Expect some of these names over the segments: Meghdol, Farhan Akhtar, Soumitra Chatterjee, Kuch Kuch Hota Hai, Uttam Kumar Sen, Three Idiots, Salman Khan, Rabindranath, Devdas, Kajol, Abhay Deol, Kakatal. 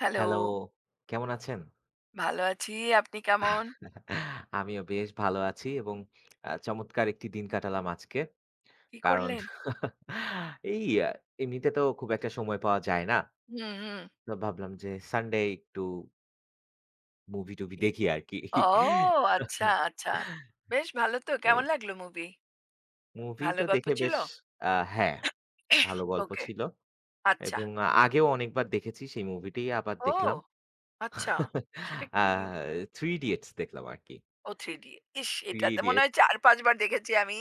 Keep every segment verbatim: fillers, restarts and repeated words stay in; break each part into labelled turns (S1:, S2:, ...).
S1: Hello!
S2: Hello, কেমন আছেন?
S1: ভালো আছি। আপনি কেমন?
S2: আমিও বেশ ভালো আছি এবং আ চমৎকার একটি দিন কাটালাম আজকে।
S1: কি
S2: কারণ
S1: করলেন?
S2: এই আ এমনিতে তো খুব একটা সময় পাওয়া যায় না।
S1: হুম, হুম।
S2: তো ভাবলাম যে সানডে একটু মুভি-টুভি
S1: ইস!
S2: দেখি আরকি।
S1: ও! আচ্ছা, আচ্ছা। বেশ ভালো তো। কেমন
S2: এই
S1: লাগলো মুভি?
S2: মুভি
S1: ভালো
S2: তো
S1: গল্প
S2: দেখে
S1: ছিল?
S2: বেশ আ হ্যাঁ, ভালো গল্প
S1: ওকে।
S2: ছিল
S1: আচ্ছা।
S2: এবং আগেও অনেকবার দেখেছি সেই মুভিটিই আবার
S1: ও!
S2: দেখলাম।
S1: আচ্ছা। সেটা
S2: আ
S1: কি?
S2: 'Three Idiots' দেখলাম আরকি।
S1: ও থ্রি ডি। ইস! এটা
S2: 'Three
S1: তো মনে
S2: Idiots'
S1: হয় চার পাঁচ বার দেখেছি আমি।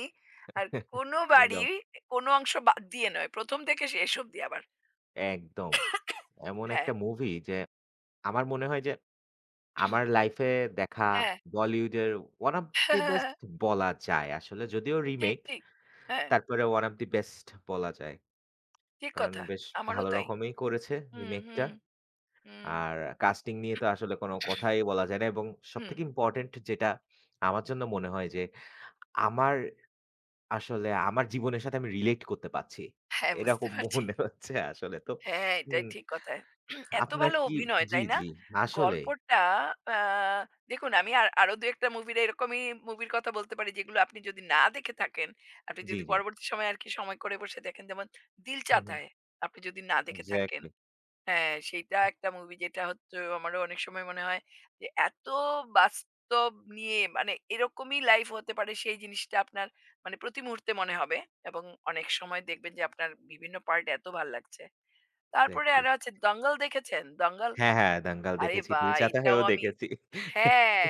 S1: আর কোনোবারই
S2: একদম,
S1: কোনো অংশ বাদ দিয়ে নয়। প্রথম থেকে শেষ অবধি আবার।
S2: একদম। এমন
S1: হ্যাঁ।
S2: একটা মুভি যে আমার মনে হয় যে আমার লাইফে দেখা
S1: হ্যাঁ।
S2: বলিউডের ওয়ান অফ দি বেস্ট বলা যায় আসলে। যদিও
S1: ঠিক,
S2: রিমেক,
S1: ঠিক। হ্যাঁ,
S2: তারপরে ওয়ান অফ দি বেস্ট বলা যায়।
S1: ঠিক
S2: কারণ
S1: কথা।
S2: বেশ
S1: আমারও
S2: ভালো
S1: তাই।
S2: রকমই করেছে
S1: হুম,
S2: রিমেকটা।
S1: হুম, হুম,
S2: আর কাস্টিং নিয়ে তো আসলে কোনো কথাই বলা যায় না এবং
S1: হুম।
S2: সবথেকে ইম্পোর্টেন্ট যেটা আমার জন্য মনে হয় যে আমার, আসলে আমার জীবনের সাথে আমি রিলেট করতে পারছি।
S1: হ্যাঁ, বুঝতে
S2: এরকম
S1: পারছি।
S2: মনে হচ্ছে আসলে তো।
S1: হ্যাঁ, এটাই
S2: হুম,
S1: ঠিক কথা। এত
S2: আপনার
S1: ভালো
S2: কি
S1: অভিনয়,
S2: জি,
S1: তাই না?
S2: জি আসলেই।
S1: গল্পটা আ দেখুন, আমি আর আরো দুই এক টা মুভির এরকমই মুভির কথা বলতে পারি, যেগুলো আপনি যদি না দেখে থাকেন, আপনি
S2: জি,
S1: যদি
S2: জি।
S1: পরবর্তী সময়ে আরকি সময় করে বসে দেখেন। যেমন 'দিল
S2: হুম,
S1: চাতা
S2: হুম।
S1: হ্যায়' আপনি যদি না দেখে থাকেন।
S2: এক্সাক্টলি,
S1: হ্যাঁ, সেইটা একটা মুভি, যেটা হচ্ছে আমারও অনেক সময় মনে হয় যে এত বাস্তব নিয়ে, মানে এরকমই লাইফ হতে পারে সেই জিনিসটা আপনার মানে প্রতি মুহূর্তে মনে হবে। এবং অনেক সময় দেখবেন যে আপনার বিভিন্ন পার্ট এত ভাল লাগছে। তারপরে
S2: এক্সাক্টলি।
S1: আরো আছে দঙ্গল, দেখেছেন? দঙ্গল?
S2: হ্যাঁ, হ্যাঁ, দাঙ্গাল
S1: আরে
S2: দেখেছি। দিল
S1: বাহ!
S2: চাহতা
S1: এটাও
S2: হ্যায়ও
S1: আমি
S2: দেখেছি।
S1: হ্যাঁ,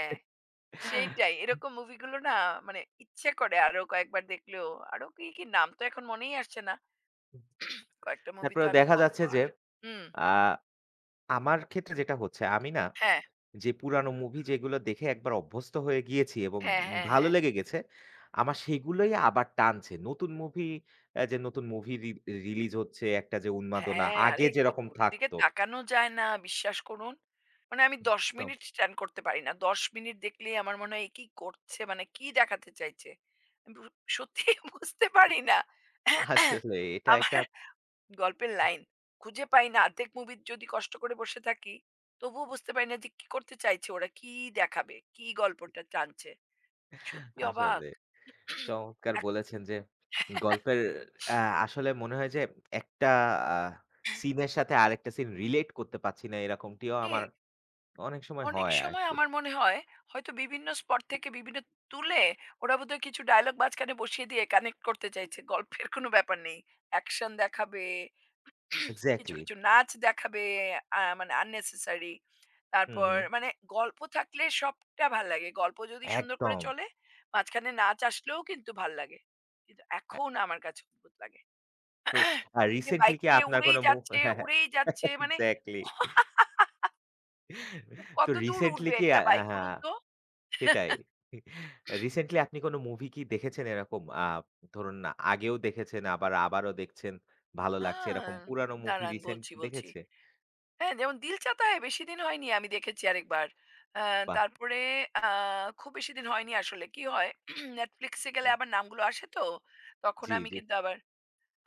S1: সেইটাই। এরকম মুভিগুলো না, মানে ইচ্ছে করে আরো কয়েকবার দেখলেও আরো কি, কি নাম তো এখন মনেই আসছে না। কয়েকটা মুভি
S2: তারপরে
S1: তো আমি
S2: দেখা যাচ্ছে যে
S1: কতবার। হুম।
S2: আ আমার ক্ষেত্রে যেটা হচ্ছে আমি না,
S1: হ্যাঁ,
S2: যে পুরানো মুভি যেগুলো দেখে একবার অভ্যস্ত হয়ে গিয়েছি এবং
S1: হ্যাঁ, হ্যাঁ,
S2: ভালো
S1: হ্যাঁ।
S2: লেগে গেছে, আমার সেগুলোই আবার টানছে। নতুন মুভি অ্যা যে নতুন মুভি রি রিলিজ হচ্ছে, একটা যে উন্মাদনা
S1: হ্যাঁ,
S2: আগে
S1: আরে
S2: যেরকম
S1: কতগুলোর দিকে
S2: থাকতো।
S1: তাকানো যায় না বিশ্বাস করুন। মানে আমি দশ
S2: একদম
S1: মিনিট স্ট্যান্ড করতে পারি না। দশ মিনিট দেখলেই আমার মনে হয়, এ কি করছে? মানে কি দেখাতে চাইছে? আমি বু সত্যিই বুঝতে পারি না।
S2: আসলে এটা
S1: আমার
S2: একটা
S1: গল্পের লাইন খুঁজে পাই না। অর্ধেক মুভি যদি কষ্ট করে বসে থাকি, তবুও বুঝতে পারি না যে কি করতে চাইছে ওরা? কি দেখাবে? কি গল্পটা টানছে? সত্যি
S2: আসলে
S1: অবাক।
S2: চমৎকার বলেছেন যে গল্পের আ আসলে মনে হয় যে একটা আ সিনের সাথে আরেকটা সিন রিলেট করতে পারছি না এরকমটিও আমার
S1: এক
S2: অনেক সময়
S1: অনেক
S2: হয়
S1: সময়
S2: আরকি।
S1: আমার মনে হয় হয়তো বিভিন্ন স্পট থেকে বিভিন্ন তুলে ওরা বোধহয় কিছু ডায়লগ মাঝখানে বসিয়ে দিয়ে কানেক্ট করতে চাইছে, গল্পের কোনো ব্যাপার নেই। অ্যাকশন দেখাবে, কিছু
S2: এক্সাক্টলি।
S1: কিছু নাচ দেখাবে, আহ, মানে আননেসেসারি।
S2: হুম,
S1: তারপর
S2: হুম।
S1: মানে গল্প থাকলে সবটা ভাল লাগে, গল্প যদি সুন্দর করে
S2: একদম।
S1: চলে মাঝখানে নাচ আসলেও কিন্তু ভাল লাগে। কিন্তু
S2: আ
S1: এখন আমার কাছে অদ্ভুত লাগে
S2: তো আ
S1: যে
S2: রিসেন্টলি
S1: বাইক
S2: কি
S1: নিয়ে
S2: আপনার
S1: উড়েই
S2: কোনো মু
S1: যাচ্ছে
S2: হ্যাঁ, হ্যাঁ।
S1: উড়েই যাচ্ছে, মানে
S2: এক্সাক্টলি। তো
S1: কত দূর
S2: রিসেন্টলি
S1: উড়বে
S2: কি আ
S1: একটা
S2: আ-
S1: বাইক বলুন
S2: হ্যাঁ,
S1: তো।
S2: সেটাই। রিসেন্টলি আপনি কোনো মুভি কি দেখেছেন এরকম আ ধরুন না, আগেও দেখেছেন আবার আবারও দেখছেন, ভালো লাগছে এরকম
S1: আ
S2: পুরানো মুভি
S1: দাঁড়ান,
S2: রিসেন্ট
S1: বলছি, বলছি।
S2: দেখেছে?
S1: হ্যাঁ, যেমন 'দিল চাতা হ্যায়' বেশি দিন হয়নি আমি দেখেছি আরেকবার। আ
S2: বাহ!
S1: তারপরে আ খুব বেশি দিন হয়নি আসলে। কি হয় Netflix এ গেলে আবার নামগুলো আসে তো। তখন
S2: জি,
S1: আমি
S2: জি।
S1: কিন্তু আবার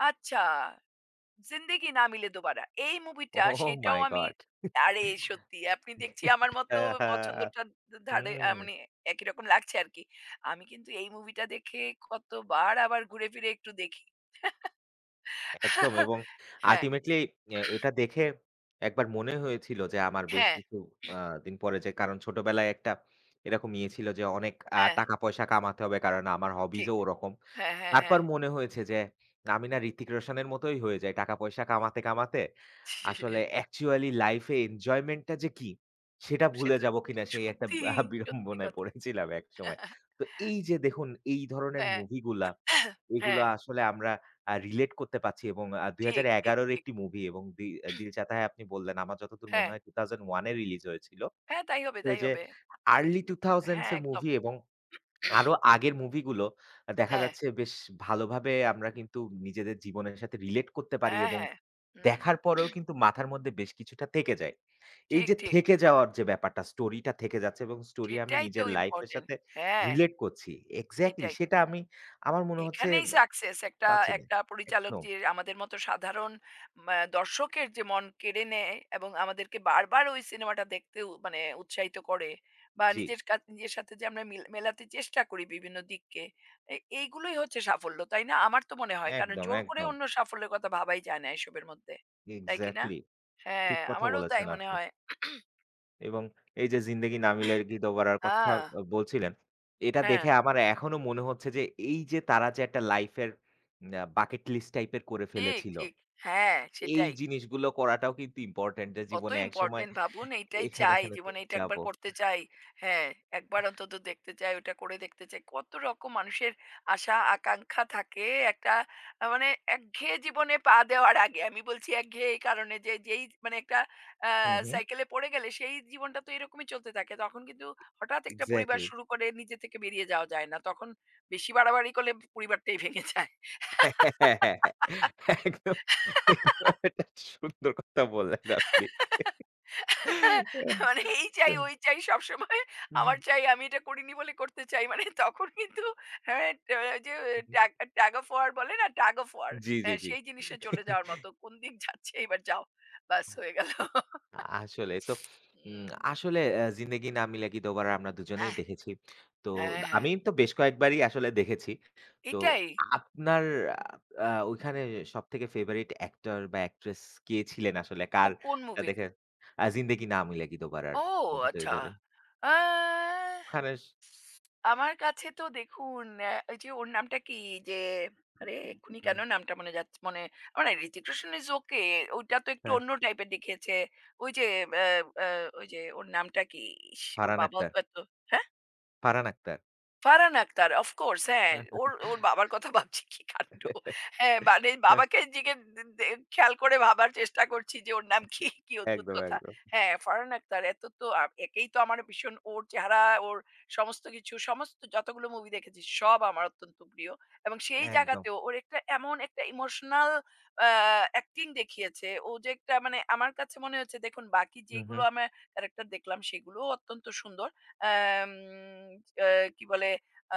S1: আচ্ছা 'জিন্দেগি না মিলে দোবারা' এই মুভিটা
S2: ওহ
S1: সেটাও
S2: মাই
S1: আমি
S2: গড!
S1: আরে সত্যি আপনি দেখছি আমার মতো
S2: এটা
S1: পছন্দটার ধারে আ
S2: হুম।
S1: মানে একই রকম লাগছে আরকি। আমি কিন্তু এই মুভিটা দেখে কতবার আবার ঘুরে ফিরে একটু দেখি।
S2: একদম এবং
S1: হ্যাঁ,
S2: আল্টিমেটলি অ্যা এটা দেখে একবার মনে হয়েছিল যে আমার বেশ
S1: হ্যাঁ।
S2: কিছু আ দিন পরে, যে কারণ ছোটবেলায় একটা এরকম ইয়ে ছিল যে অনেক আ
S1: হ্যাঁ,
S2: টাকা-পয়সা কামাতে হবে, কারণ আমার হবিজ
S1: ঠিক।
S2: ও ওরকম।
S1: হ্যাঁ, হ্যাঁ,
S2: তারপর
S1: হ্যাঁ।
S2: মনে হয়েছে যে আমি না ঋত্বিক রোশনের মতোই হয়ে যাই। টাকা-পয়সা কামাতে, কামাতে আসলে অ্যাকচুয়ালি লাইফ এ এনজয়মেন্ট টা যে কি সেটা ভুলে
S1: সেটা
S2: যাব কিনা, সেই একটা
S1: সত্যি,
S2: আ
S1: সত্যি
S2: বিড়ম্বনায়
S1: কথা।
S2: পড়েছিলাম একসময়। তো এই যে দেখুন, এই ধরনের
S1: হ্যাঁ,
S2: মুভি গুলা এগুলা
S1: হ্যাঁ,
S2: আসলে আমরা আ রিলেট করতে পারছি এবং আ
S1: ঠিক, ঠিক,
S2: দুই হাজার এগারো র
S1: ঠিক।
S2: একটি মুভি এবং দি 'দিল চাহতা হ্যায়' আপনি বললেন। আমার যতদূর মনে
S1: হ্যাঁ,
S2: হয় দুই হাজার এক এ রিলিজ হয়েছিল।
S1: হ্যাঁ, তাই হবে,
S2: তো এই
S1: তাই
S2: যে
S1: হবে।
S2: আর্লি দুই হাজার
S1: হ্যাঁ,
S2: এর
S1: একদম।
S2: মুভি এবং আরো আগের মুভিগুলো দেখা
S1: হ্যাঁ,
S2: যাচ্ছে বেশ ভালোভাবে আমরা কিন্তু নিজেদের জীবনের সাথে রিলেট করতে পারি
S1: হ্যাঁ,
S2: এবং
S1: হ্যাঁ। হুম।
S2: দেখার পরেও কিন্তু মাথার মধ্যে বেশ কিছুটা থেকে যায়। এই
S1: ঠিক,
S2: যে
S1: ঠিক।
S2: থেকে যাওয়ার যে ব্যাপারটা, স্টোরিটা থেকে যাচ্ছে এবং স্টোরি আমি
S1: সেটাই তো
S2: নিজের লাইফ এর
S1: ইম্পোর্টেন্ট।
S2: সাথে
S1: হ্যাঁ,
S2: রিলেট করছি। এক্সাক্টলি
S1: এটাই।
S2: সেটা আমি আমার মনে হচ্ছে
S1: এখানেই
S2: আ
S1: সাকসেস একটা
S2: পাচ্ছি না।
S1: একটা পরিচালক
S2: একদম।
S1: যে আমাদের মতো সাধারণ উম, আহ, দর্শকের যে মন কেড়ে নেয় এবং আমাদেরকে বারবার ওই সিনেমাটা দেখতে উ- মানে উৎসাহিত করে। বা
S2: জি।
S1: নিজের কা- নিজের সাথে যে আমরা মিল- মেলাতে চেষ্টা করি বিভিন্ন দিককে। এ- এইগুলোই হচ্ছে সাফল্য, তাই না? আমার তো মনে হয়, কারণ
S2: একদম,
S1: জোর করে
S2: একদম।
S1: অন্য সাফল্যের কথা ভাবাই যায় না এসবের মধ্যে। তাই কি না?
S2: এক্সাক্টলি।
S1: হ্যাঁ,
S2: ঠিক কথা
S1: আমারও তাই
S2: বলেছেন
S1: মনে
S2: আপনি।
S1: হয়।
S2: এবং এই যে 'জিন্দেগি না মিলে গি দোবারা'র কথা
S1: আহ,
S2: আ বলছিলেন, এটা
S1: হ্যাঁ,
S2: দেখে আমার এখনো মনে হচ্ছে যে এই যে তারা যে একটা লাইফের আ বাকেট লিস্ট টাইপের করে
S1: ঠিক,
S2: ফেলেছিল,
S1: ঠিক। হ্যাঁ,
S2: এই
S1: সেটাই।
S2: জিনিসগুলো করাটাও কিন্তু ইম্পোর্টেন্ট যে
S1: কত
S2: জীবনে একসময়
S1: ইম্পোর্টেন্ট ভাবুন, এইটাই
S2: এখানে,
S1: চাই
S2: এখানে ক
S1: জীবনে, এটা একবার
S2: যাবো।
S1: করতে চাই। হ্যাঁ, একবার অন্তত দেখতে চাই, ওটা করে দেখতে চাই। কত রকম মানুষের আশা আকাঙ্ক্ষা থাকে একটা আহ, মানে একঘেয়ে জীবনে পা দেওয়ার আগে। আমি বলছি একঘেয়ে এই কারণে যে যেই মানে একটা
S2: হুম, হুম।
S1: সাইকেলে পড়ে গেলে সেই জীবনটা তো এরকমই চলতে থাকে তখন। কিন্তু হঠাৎ একটা পরিবার
S2: এক্সাক্টলি।
S1: শুরু করে নিজে থেকে বেরিয়ে যাওয়া যায় না তখন। বেশি বাড়াবাড়ি করলে পরিবারটাই ভেঙে যায়।
S2: হ্যাঁ, হ্যাঁ, হ্যাঁ। একদম, একদম একটা সুন্দর কথা বললেন আপনি। আহ!
S1: মানে এই চাই,
S2: আহ!
S1: ওই চাই সবসময়।
S2: হুম।
S1: আমার চাই, আমি এটা করিনি বলে করতে চাই। মানে তখন কিন্তু হ্যাঁ, টা যে ট্যাগ tag of war বলে না? tag of war।
S2: জি, জি,
S1: হ্যাঁ,
S2: জি।
S1: সেই জিনিসে চলে যাওয়ার মতো। কোন দিক যাচ্ছে এবার যাও। ব্যাস হয়ে গেল।
S2: আ আসলে তো উম
S1: হুম।
S2: আসলে আ "জিন্দেগি না মিলেগি দোবারা" আমরা দুজনেই
S1: হ্যাঁ,
S2: দেখেছি। তো
S1: হ্যাঁ, হ্যাঁ।
S2: আমি তো বেশ কয়েকবারই আসলে দেখেছি। তো
S1: এটাই।
S2: আপনার আ ওইখানে সবথেকে ফেভারিট অ্যাক্টর বা অ্যাক্ট্রেস কে ছিলেন আসলে?
S1: কো কোন
S2: কারটা
S1: মুভির?
S2: দেখে আ "জিন্দেগি না মিলেগি দোবারা"র
S1: ও
S2: মধ্যে যদি
S1: আচ্ছা।
S2: ধরেন।
S1: আ
S2: ওখানে স
S1: আমার কাছে তো দেখুন অ্যা ওই যে ওর নামটা কি যে আরে এক্ষুনি
S2: হুম,
S1: কেন নামটা মনে যাচ্ছে মনে, মানে হৃতিক রোশন ইজ ওকে, ওইটা তো একটু
S2: হ্যাঁ,
S1: অন্য টাইপের দেখিয়েছে। ওই যে অ্যা অ্যা ওই যে ওর নামটা কি? ইস! ওর
S2: ফারহান
S1: বাবাও
S2: আক্তার,
S1: তো এত হ্যাঁ?
S2: ফারহান আক্তার।
S1: ফারহান আক্তার, অফ কোর্স, হ্যাঁ। ওর, ওর বাবার কথা ভাবছি, কি কাণ্ড। হ্যাঁ, মানে বাবাকে জিগে দে দে খেয়াল করে ভাবার চেষ্টা করছি যে ওর নাম কি? কি অদ্ভুত
S2: একদম,
S1: কথা।
S2: একদম।
S1: হ্যাঁ, ফারহান আক্তার এত তো আ একেই তো আমার ভীষণ ওর চেহারা, ওর সমস্ত কিছু, সমস্ত যতগুলো মুভি দেখেছি সব আমার অত্যন্ত প্রিয়। এবং সেই
S2: একদম।
S1: জায়গাতেও ওর একটা এমন একটা ইমোশনাল আ অ্যাক্টিং দেখিয়েছে। ও যে একটা মানে আমার কাছে মনে হয়েছে দেখুন বাকি
S2: হু, হু।
S1: যেগুলো আমার ক্যারেক্টার দেখলাম, সেগুলোও অত্যন্ত সুন্দর। আম আ কি বলে? আ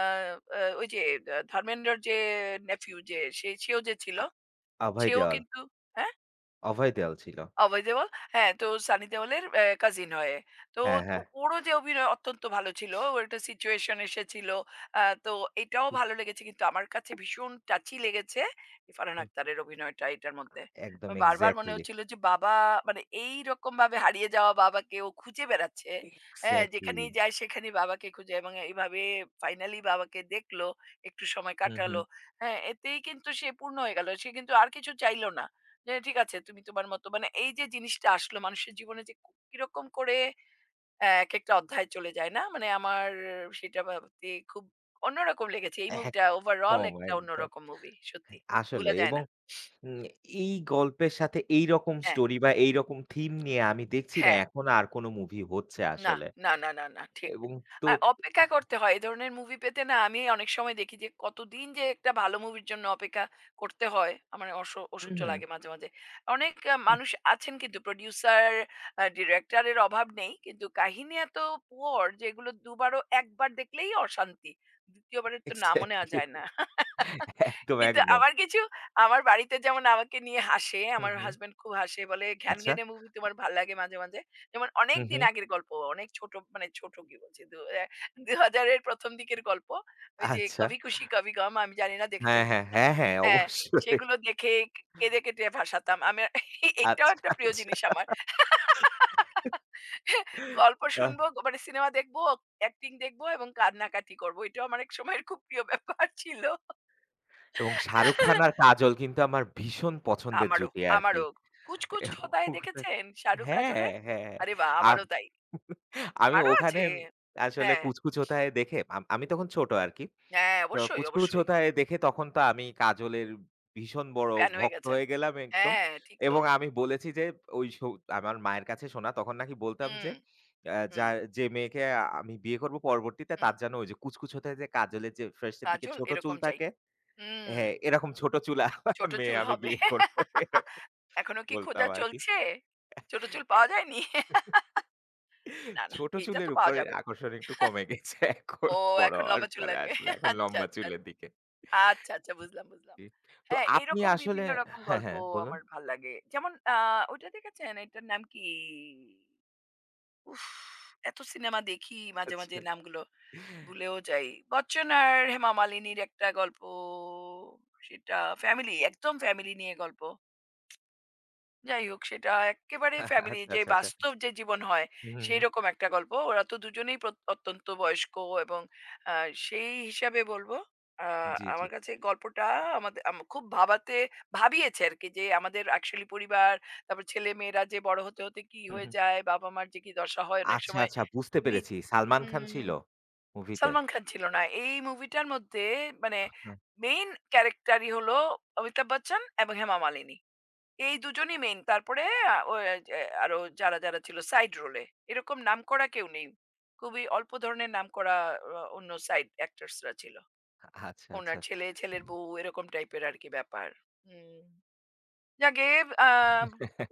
S1: আ ওই যে আ ধর্মেন্দ্রর যে nephew যে সে সেও যে ছিল,
S2: অভয়
S1: সেও
S2: দেওয়াল।
S1: কিন্তু হ্যাঁ?
S2: অভয় দেওয়াল ছিল।
S1: অভয় দেওয়াল। হ্যাঁ, তো সানি দেওয়ালের অ্যা কাজিন হয়। তো
S2: হ্যাঁ, হ্যাঁ।
S1: ও ওরও যে অভিনয় অত্যন্ত ভালো ছিল। ওর একটা সিচুয়েশন এসেছিল। আ তো এটাও ভালো লেগেছে। কিন্তু আমার কাছে ভীষণ টাচি লেগেছে ফারহান
S2: হুম,
S1: আক্তারের অভিনয়টা এটার মধ্যে।
S2: একদম
S1: আমার বারবার মনে
S2: এক্সাক্টলি,
S1: হচ্ছিল যে বাবা মানে এইরকমভাবে হারিয়ে যাওয়া বাবাকে ও খুঁজে বেড়াচ্ছে। হ্যাঁ,
S2: এক্সাক্টলি।
S1: যেখানেই যায় সেখানেই বাবাকে খুঁজে এবং এইভাবে ফাইনালি বাবাকে দেখল, একটু সময়
S2: হুম, হুম।
S1: কাটালো। হ্যাঁ, এতেই কিন্তু সে পূর্ণ হয়ে গেল। সে কিন্তু আর কিছু চাইল না। যে ঠিক আছে তুমি তোমার মতো, মানে এই যে জিনিসটা আসলো মানুষের জীবনে যে কু- কিরকম করে আহ, এক একটা অধ্যায় চলে যায় না মানে আমার সেটা ভাবতে খুব অন্যরকম লেগেছে এই মুভিটা। ওভারঅল
S2: একদম,
S1: একটা
S2: একদম।
S1: অন্যরকম মুভি সত্যি,
S2: আসলে
S1: ভুলা যায়
S2: এবং
S1: না।
S2: উম এই গল্পের সাথে এইরকম
S1: হ্যাঁ,
S2: স্টোরি বা এইরকম থিম নিয়ে আমি দেখছি না
S1: হ্যাঁ,
S2: এখন আর কোন মুভি হচ্ছে
S1: না,
S2: আসলে।
S1: না, না, না, না, ঠিক।
S2: এবং তো
S1: আর অপেক্ষা করতে হয়। এ ধরনের মুভি পেতে না আমি অনেক সময় দেখি যে কতদিন যে একটা ভালো মুভির জন্য অপেক্ষা করতে হয়। আমার অস
S2: হুম,
S1: অসহ্য
S2: হুম,
S1: লাগে মাঝে, মাঝে। অনেক আ
S2: হুম,
S1: মানুষ আছেন, কিন্তু প্রোডিউসার, আ ডিরেক্টর এর অভাব নেই। কিন্তু কাহিনী এত পুয়ার যে এগুলো দুবারও একবার দেখলেই অশান্তি। দ্বিতীয় বারের তো নামও নেওয়া
S2: এক্সাক্টলি
S1: যায় না।
S2: একদম,
S1: কিন্তু
S2: একদম।
S1: আমার কিছু আমার বাড়িতে যেমন আমাকে নিয়ে হাসে।
S2: হুম,
S1: আমার
S2: হুম।
S1: হাসব্যান্ড খুব হাসে বলে,
S2: আচ্ছা,
S1: "ঘ্যানঘ্যানে মুভি তোমার ভাল লাগে মাঝে, মাঝে?" যেমন অনেক
S2: হুম,
S1: দিন
S2: হুম।
S1: আগের গল্প, অনেক ছোট, মানে ছোট কি বলছি? দু অ্যা দুই হাজার এর 'প্রথম দিকের গল্প। ওই যে
S2: আচ্ছা।
S1: 'কভি খুশি কভি গম' আমি জানি না
S2: হ্যাঁ,
S1: দেখেছেন
S2: হ্যাঁ,
S1: কিনা?
S2: হ্যাঁ, হ্যাঁ,
S1: হ্যাঁ,
S2: অবশ্যই।
S1: সেগুলো দেখে কে কেঁদে কেটে ভাসাতাম। আমার এটাও
S2: আচ্ছা,
S1: একটা প্রিয়
S2: আচ্ছা।
S1: জিনিস আমার। গল্প
S2: আ
S1: শুনবো, গ মানে সিনেমা দেখবো, অ্যাক্টিং দেখবো এবং কান্নাকাটি করবো। এটাও আমার এক সময়ের খুব প্রিয় ব্যাপার ছিল।
S2: এবং শাহরুখ খান আর কাজল কিন্তু আমার ভীষণ পছন্দের
S1: আমারও,
S2: জুটি আরকি।
S1: আমারও। 'কুছ কুছ হোতা है' দেখেছেন? শাহরুখ
S2: হ্যাঁ,
S1: কাজলের?
S2: হ্যাঁ। হ্যাঁ।
S1: আরে বাহ!
S2: আম
S1: আমারও তাই।
S2: আমি
S1: আরো
S2: ওখানে
S1: আছে।
S2: আসলে
S1: হ্যাঁ।
S2: "কুছ কুছ হোতা হ্যায়" দেখে আম আমি তখন ছোট আরকি।
S1: হ্যাঁ,
S2: তো
S1: অবশ্যই,
S2: "কুছ কুছ
S1: অবশ্যই।
S2: হোতা হ্যায়" দেখে তখন তো আমি কাজলের ভীষণ বড়
S1: ফ্যান হয়ে
S2: ভক্ত
S1: গেছেন।
S2: হয়ে গেলাম একদম।
S1: হ্যাঁ, ঠিক তো।
S2: এবং আমি বলেছি যে ওই শো আমার মায়ের কাছে শোনা তখন নাকি বলতাম যে
S1: হুম,
S2: আ যা
S1: হুম,
S2: যে মেয়েকে আমি বিয়ে করব পরবর্তীতে,
S1: হুম।
S2: তার যেন ওই যে "কুছ কুছ হোতা হ্যায়" যে কাজলের যে ফেরেশতার দিকে
S1: কাজল
S2: ছোট চুল
S1: এরকম চাই।
S2: থাকে,
S1: হুম,
S2: হ্যাঁ, এরকম ছোট চুলা
S1: ছোট
S2: মেয়ে
S1: চুল
S2: আমি
S1: হবে।
S2: বিয়ে করব, এরকম
S1: এখনো কি
S2: বলতাম
S1: খোঁজা
S2: আরকি।
S1: চলছে? ছোট চুল পাওয়া যায়নি? না, না,
S2: ছোট
S1: এইটা
S2: চুলের
S1: তো পাওয়া
S2: উপরে
S1: যাবে।
S2: আকর্ষণ একটু কমে গেছে এখন
S1: ও
S2: বড়
S1: এখন
S2: হওয়ার
S1: লম্বা চুল
S2: পরে,
S1: লাগবে।
S2: আসলে এখন
S1: আচ্ছা,
S2: লম্বা
S1: আচ্ছা,
S2: চুলের দিকে।
S1: আচ্ছা, আচ্ছা বুঝলাম, বুঝলাম।
S2: জি। তো
S1: হ্যাঁ,
S2: আপনি
S1: এরকম
S2: আসলে
S1: বিভিন্ন রকম
S2: হ্যাঁ,
S1: গল্প
S2: হ্যাঁ বলুন।
S1: আমার ভাল লাগে। যেমন আ ওইটা দেখেছেন? এটার নাম কি? উফ! এত সিনেমা দেখি মাঝে, মাঝে
S2: আচ্ছা।
S1: নামগুলো ভুলেও যাই। বচ্চন আর হেমা মালিনীর একটা গল্প, সেটা ফ্যামিলি, একদম ফ্যামিলি নিয়ে গল্প। যাই হোক সেটা এক্কেবারে ফ্যামিলি,
S2: আচ্ছা,
S1: যে
S2: আচ্ছা, আচ্ছা।
S1: বাস্তব যে জীবন হয়,
S2: হুম, হুম, হুম।
S1: সেইরকম একটা গল্প। ওরা তো দুজনেই প্রত অত্যন্ত বয়স্ক এবং আ সেই হিসাবে বলবো আ
S2: জি, জি।
S1: আমার কাছে গল্পটা আমাদে আম খুব ভাবাতে ভাবিয়েছে আরকি, যে আমাদের অ্যাকচুয়ালি পরিবার, তারপর ছেলেমেয়েরা যে বড় হতে, হতে কি
S2: হুম,
S1: হয়ে
S2: হুম।
S1: যায়, বাবা-মার যে কি দশা হয় অনেক
S2: আচ্ছা,
S1: সময়।
S2: আচ্ছা বুঝতে
S1: নি
S2: পেরেছি। সালমান খান ছিল
S1: হুম।
S2: মুভিতে?
S1: সালমান খান ছিল না এই মুভিটার মধ্যে। মানে মেইন ক্যারেক্টারই হলো অমিতাভ বচ্চন এবং হেমা মালিনী। এই দুজনই মেইন। তারপরে আ ও এ যে আরো যারা, যারা ছিল সাইড রোলে, এরকম নামকরা কেউ নেই। খুবই অল্প ধরনের নামকরা অ অন্য সাইড অ্যাক্টরসরা ছিল।
S2: আচ্ছা, আচ্ছা।
S1: ওনার ছেলে, ছেলের বউ এরকম টাইপের আরকি ব্যাপার। হুম। যাক গে আ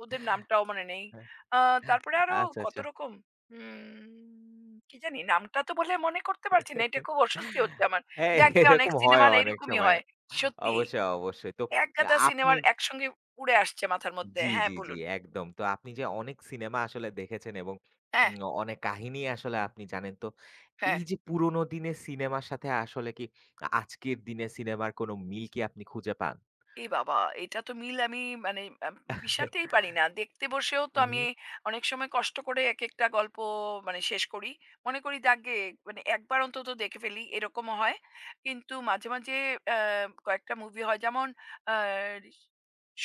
S1: ওদের নামটাও মনে নেই। আ তারপরে আরো
S2: আচ্ছা,
S1: কত
S2: আচ্ছা।
S1: রকম উম কি জানি? নামটা তো বলে মনে করতে পারছি না। এটা খুব অস্বস্তি হচ্ছে আমার।
S2: হ্যাঁ,
S1: যাক গে অনেক
S2: এরকম হয়
S1: সিনেমার
S2: অনেক
S1: এইরকমই
S2: সময়।
S1: হয়। সত্যি
S2: অবশ্যই, অবশ্যই। তো
S1: একগাদা
S2: আপনি
S1: সিনেমার একসঙ্গে উড়ে আসছে মাথার মধ্যে।
S2: জি, জি,
S1: হ্যাঁ,
S2: জি,
S1: বলুন।
S2: একদম। তো আপনি যে অনেক সিনেমা আসলে দেখেছেন এবং
S1: হ্যাঁ,
S2: উম অনেক কাহিনী আসলে আপনি জানেন। তো এই
S1: হ্যাঁ।
S2: যে পুরোনো দিনের সিনেমার সাথে আসলে কি আজকের দিনের সিনেমার কোনো মিল কি আপনি খুঁজে পান?
S1: এই বাবা! এটা তো মিল আমি মানে আম মিশাতেই পারি না। দেখতে বসেও তো
S2: হুম, হুম।
S1: আমি অনেক সময় কষ্ট করে একেকটা গল্প মানে শেষ করি। মনে করি যাকগে মানে একবার অন্তত দেখে ফেলি, এরকমও হয়। কিন্তু মাঝে, মাঝে অ্যা কয়েকটা মুভি হয় যেমন আ ঋষ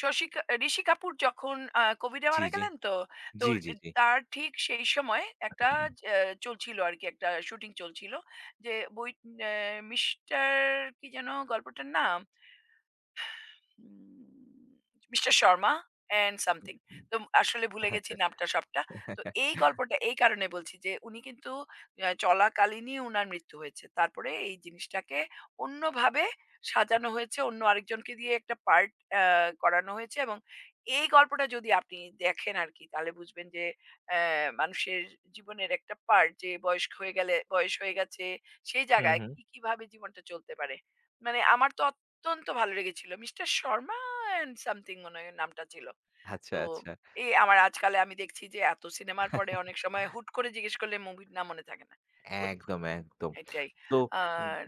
S1: শশী কা ঋষি কাপুর যখন আ কোভিডে
S2: জি,
S1: মারা
S2: জি।
S1: গেলেন তো, তো
S2: জি, জি, জি।
S1: তার ঠিক সেই সময় একটা অ্যা চলছিল আরকি, একটা শুটিং চলছিল। যে বই অ্যা মিস্টার কি যেন গল্পটার নাম? Um mister Sharma and something. তো আসলে ভুলে গেছি
S2: আচ্ছা।
S1: নামটা সবটা। তো এই গল্পটা এই কারণে বলছি যে উনি কিন্তু আ চলাকালীনই উনার মৃত্যু হয়েছে। তারপরে এই জিনিসটাকে অন্যভাবে সাজানো হয়েছে। অন্য আরেকজনকে দিয়ে একটা পার্ট আ করানো হয়েছে এবং এই গল্পটা যদি আপনি দেখেন আরকি তাহলে বুঝবেন যে অ্যা মানুষের জীবনের একটা পার্ট, যে বয়স্ক হয়ে গেলে, বয়স হয়ে গেছে সেই
S2: হুম,
S1: জায়গায়
S2: হুম।
S1: কি, কিভাবে জীবনটা চলতে পারে। মানে আমার তো অত্যন্ত ভালো লেগেছিল। মিস্টার শর্মা অ্যান্ড সামথিং মনে হয় নামটা ছিল।
S2: আচ্ছা,
S1: তো
S2: আচ্ছা।
S1: এই আমার আজকালে আমি দেখছি যে এত সিনেমার পরে অনেক সময় হুট করে জিজ্ঞেস করলে মুভির নাম মনে থাকে না। অদ্ভুত
S2: একদম, একদম।
S1: এটাই।
S2: তো উম
S1: আর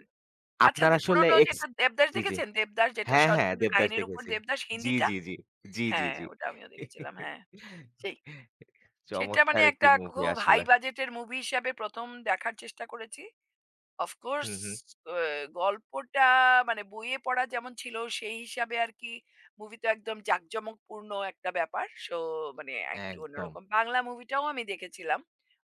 S1: আচ্ছা
S2: আপনার
S1: দে
S2: আসলে
S1: পুরনো
S2: এক্স
S1: যেটা 'দেবদাস'
S2: জি, জি।
S1: দেখেছেন? 'দেবদাস' যেটা
S2: হ্যাঁ, হ্যাঁ,
S1: শরৎচন্দ্রের
S2: 'দেবদাস'
S1: কাহিনীর উপর
S2: দেখেছি।
S1: 'দেবদাস'
S2: জি,
S1: হিন্দিটা?
S2: জি, জি। জি, জি,
S1: হ্যাঁ,
S2: জি।
S1: ওটা আমিও দেখেছিলাম। হ্যাঁ, সেই। সেটা মানে
S2: চমৎকার একটি
S1: একটা
S2: মুভি
S1: খুব হাই
S2: আসলে।
S1: বাজেটের মুভি হিসাবে ১ম দেখার চেষ্টা করেছি। অফ কোর্স
S2: হুম, হুম।
S1: গল্পটা মানে বইয়ে পড়া যেমন ছিল সেই হিসাবে আর কি, মুভি তো একদম জাঁকজমকপূর্ণ একটা ব্যাপার, সো মানে একটু
S2: একদম।
S1: অন্যরকম। বাংলা মুভিটাও আমি দেখেছিলাম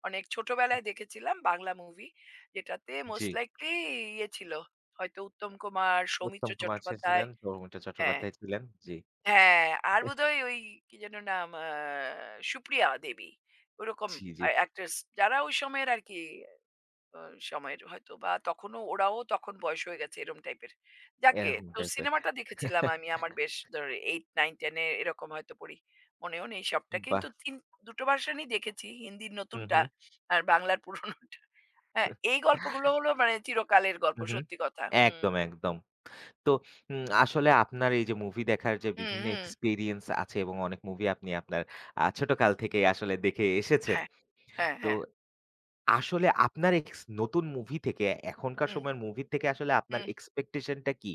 S1: অনেক ছোটবেলায় দেখেছিলাম বাংলা মুভি, যেটাতে
S2: জি।
S1: মোস্ট লাইকলি ইয়ে ছিল হয়তো উত্তম কুমার,
S2: উত্তম
S1: সৌমিত্র
S2: কুমার সেন
S1: চট্টোপাধ্যায়।
S2: ছিলেন, সৌমিত্র
S1: হ্যাঁ,
S2: চট্টোপাধ্যায় ছিলেন। জি।
S1: হ্যাঁ, আর বোধহয় ওই কি যেন নাম, আহ, সুপ্রিয়া দেবী, ওরকম
S2: জি, জি।
S1: অ্যাক্ট্রেস যারা ওই সময়ের আর কি। আ সময়ের হয়তো বা তখনও ওরাও তখন বয়স হয়ে গেছে এরম টাইপের। যাকগে
S2: এরকম
S1: তো
S2: টাইপের।
S1: সিনেমাটা দেখেছিলাম আমি আমার বেশ ধর আট, নয়, দশ এ এরকম হয়তো পড়ি। মনেও নেই সবটা।
S2: বাহ!
S1: কিন্তু তিন দুটো ভার্শনই দেখেছি। হিন্দির
S2: হুম,
S1: নতুনটা
S2: হুম।
S1: আর বাংলার পুরনোটা। হ্যাঁ, এই গল্পগুলো হলো মানে চিরকালের গল্প,
S2: হুম, হুম।
S1: সত্যি কথা। হুম,
S2: একদম, একদম। তো উম আসলে আপনার এই যে মুভি দেখার যে
S1: হুম,
S2: বিভিন্ন
S1: হুম।
S2: এক্সপেরিয়েন্স আছে এবং অনেক মুভি আপনি আপনার আ ছোটকাল থেকেই আসলে দেখে এসেছেন।
S1: হ্যাঁ, হ্যাঁ,
S2: তো
S1: হ্যাঁ।
S2: আসলে আপনার এক্স নতুন মুভি থেকে এখনকার
S1: হুম,
S2: সময়ের মুভি থেকে আসলে আপনার
S1: হুম।
S2: এক্সপেকটেশন টা কি?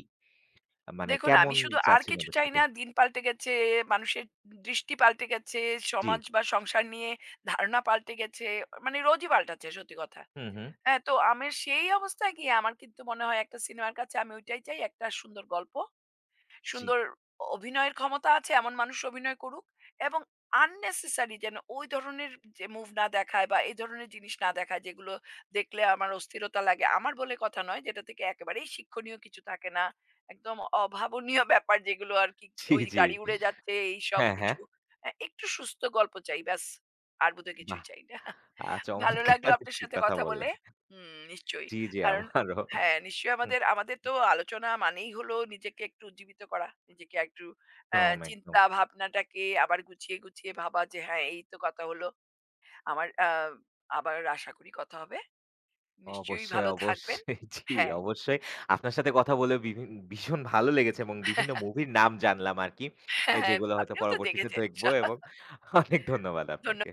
S2: মানে
S1: দেখুন,
S2: কেমন
S1: আমি শুধু আর
S2: চাচ্ছেন
S1: কিছু
S2: ওদের
S1: চাই
S2: থেকে?
S1: না। দিন পাল্টে গেছে, মানুষের দৃষ্টি পাল্টে গেছে,
S2: জি।
S1: সমাজ বা সংসার নিয়ে ধারণা পাল্টে গেছে। মানে রোজই পাল্টাচ্ছে, সত্যি কথা।
S2: হুম, হুম।
S1: হ্যাঁ, তো আমার সেই অবস্থায় গিয়ে আমার কিন্তু মনে হয় একটা সিনেমার কাছে আমি ওইটাই চাই, একটা সুন্দর গল্প।
S2: জি,
S1: সুন্দর অভিনয়ের ক্ষমতা আছে এমন মানুষ অভিনয় করুক এবং আননেসেসারি যেন ওই ধরনের যে মুভ না দেখায় বা এই ধরনের জিনিস না দেখায় যেগুলো দেখলে আমার অস্থিরতা লাগে। আমার বলে কথা নয়, যেটা থেকে একেবারেই শিক্ষণীয় কিছু থাকে না, একদম অভাবনীয় ব্যাপার যেগুলো আর কি,
S2: জি,
S1: ওই
S2: জি।
S1: গাড়ি উড়ে যাচ্ছে এই সব
S2: হ্যাঁ, হ্যাঁ।
S1: কিছু। আহ, একটু সুস্থ গল্প চাই ব্যাস, আর বোধহয়
S2: বাহ!
S1: কিছুই চাই না।
S2: আ
S1: ভালো লাগলো
S2: চমৎকার
S1: আপনার
S2: একটি
S1: সাথে
S2: কথা
S1: কথা বলে।
S2: বললেন।
S1: হুম, নিশ্চয়ই।
S2: জি, জি,
S1: কারণ
S2: আমারও।
S1: হ্যাঁ, নিশ্চয়ই
S2: হুম।
S1: আমাদের আমাদের তো আলোচনা মানেই হলো নিজেকে একটু উজ্জীবিত করা। নিজেকে একটু অ্যা
S2: একদম, একদম।
S1: চিন্তা ভাবনাটাকে আবার গুছিয়ে, গুছিয়ে ভাবা যে হ্যাঁ, এই তো কথা হলো। আমার আ আবার আশা করি কথা হবে। নিশ্চয়ই
S2: অবশ্যই,
S1: ভালো থাকবেন।
S2: অবশ্যই। জি,
S1: হ্যাঁ,
S2: অবশ্যই। আপনার সাথে কথা বলে বিভিন ভীষণ ভালো লেগেছে এবং বিভিন্ন মুভির নাম জানলাম আরকি। এ
S1: হ্যাঁ,
S2: যেগুলো হয়তো
S1: আপনিও তো
S2: পরবর্তীতে
S1: দেখেছেন।
S2: দেখবো এবং অনেক ধন্যবাদ
S1: ধন্য
S2: আপনাকে।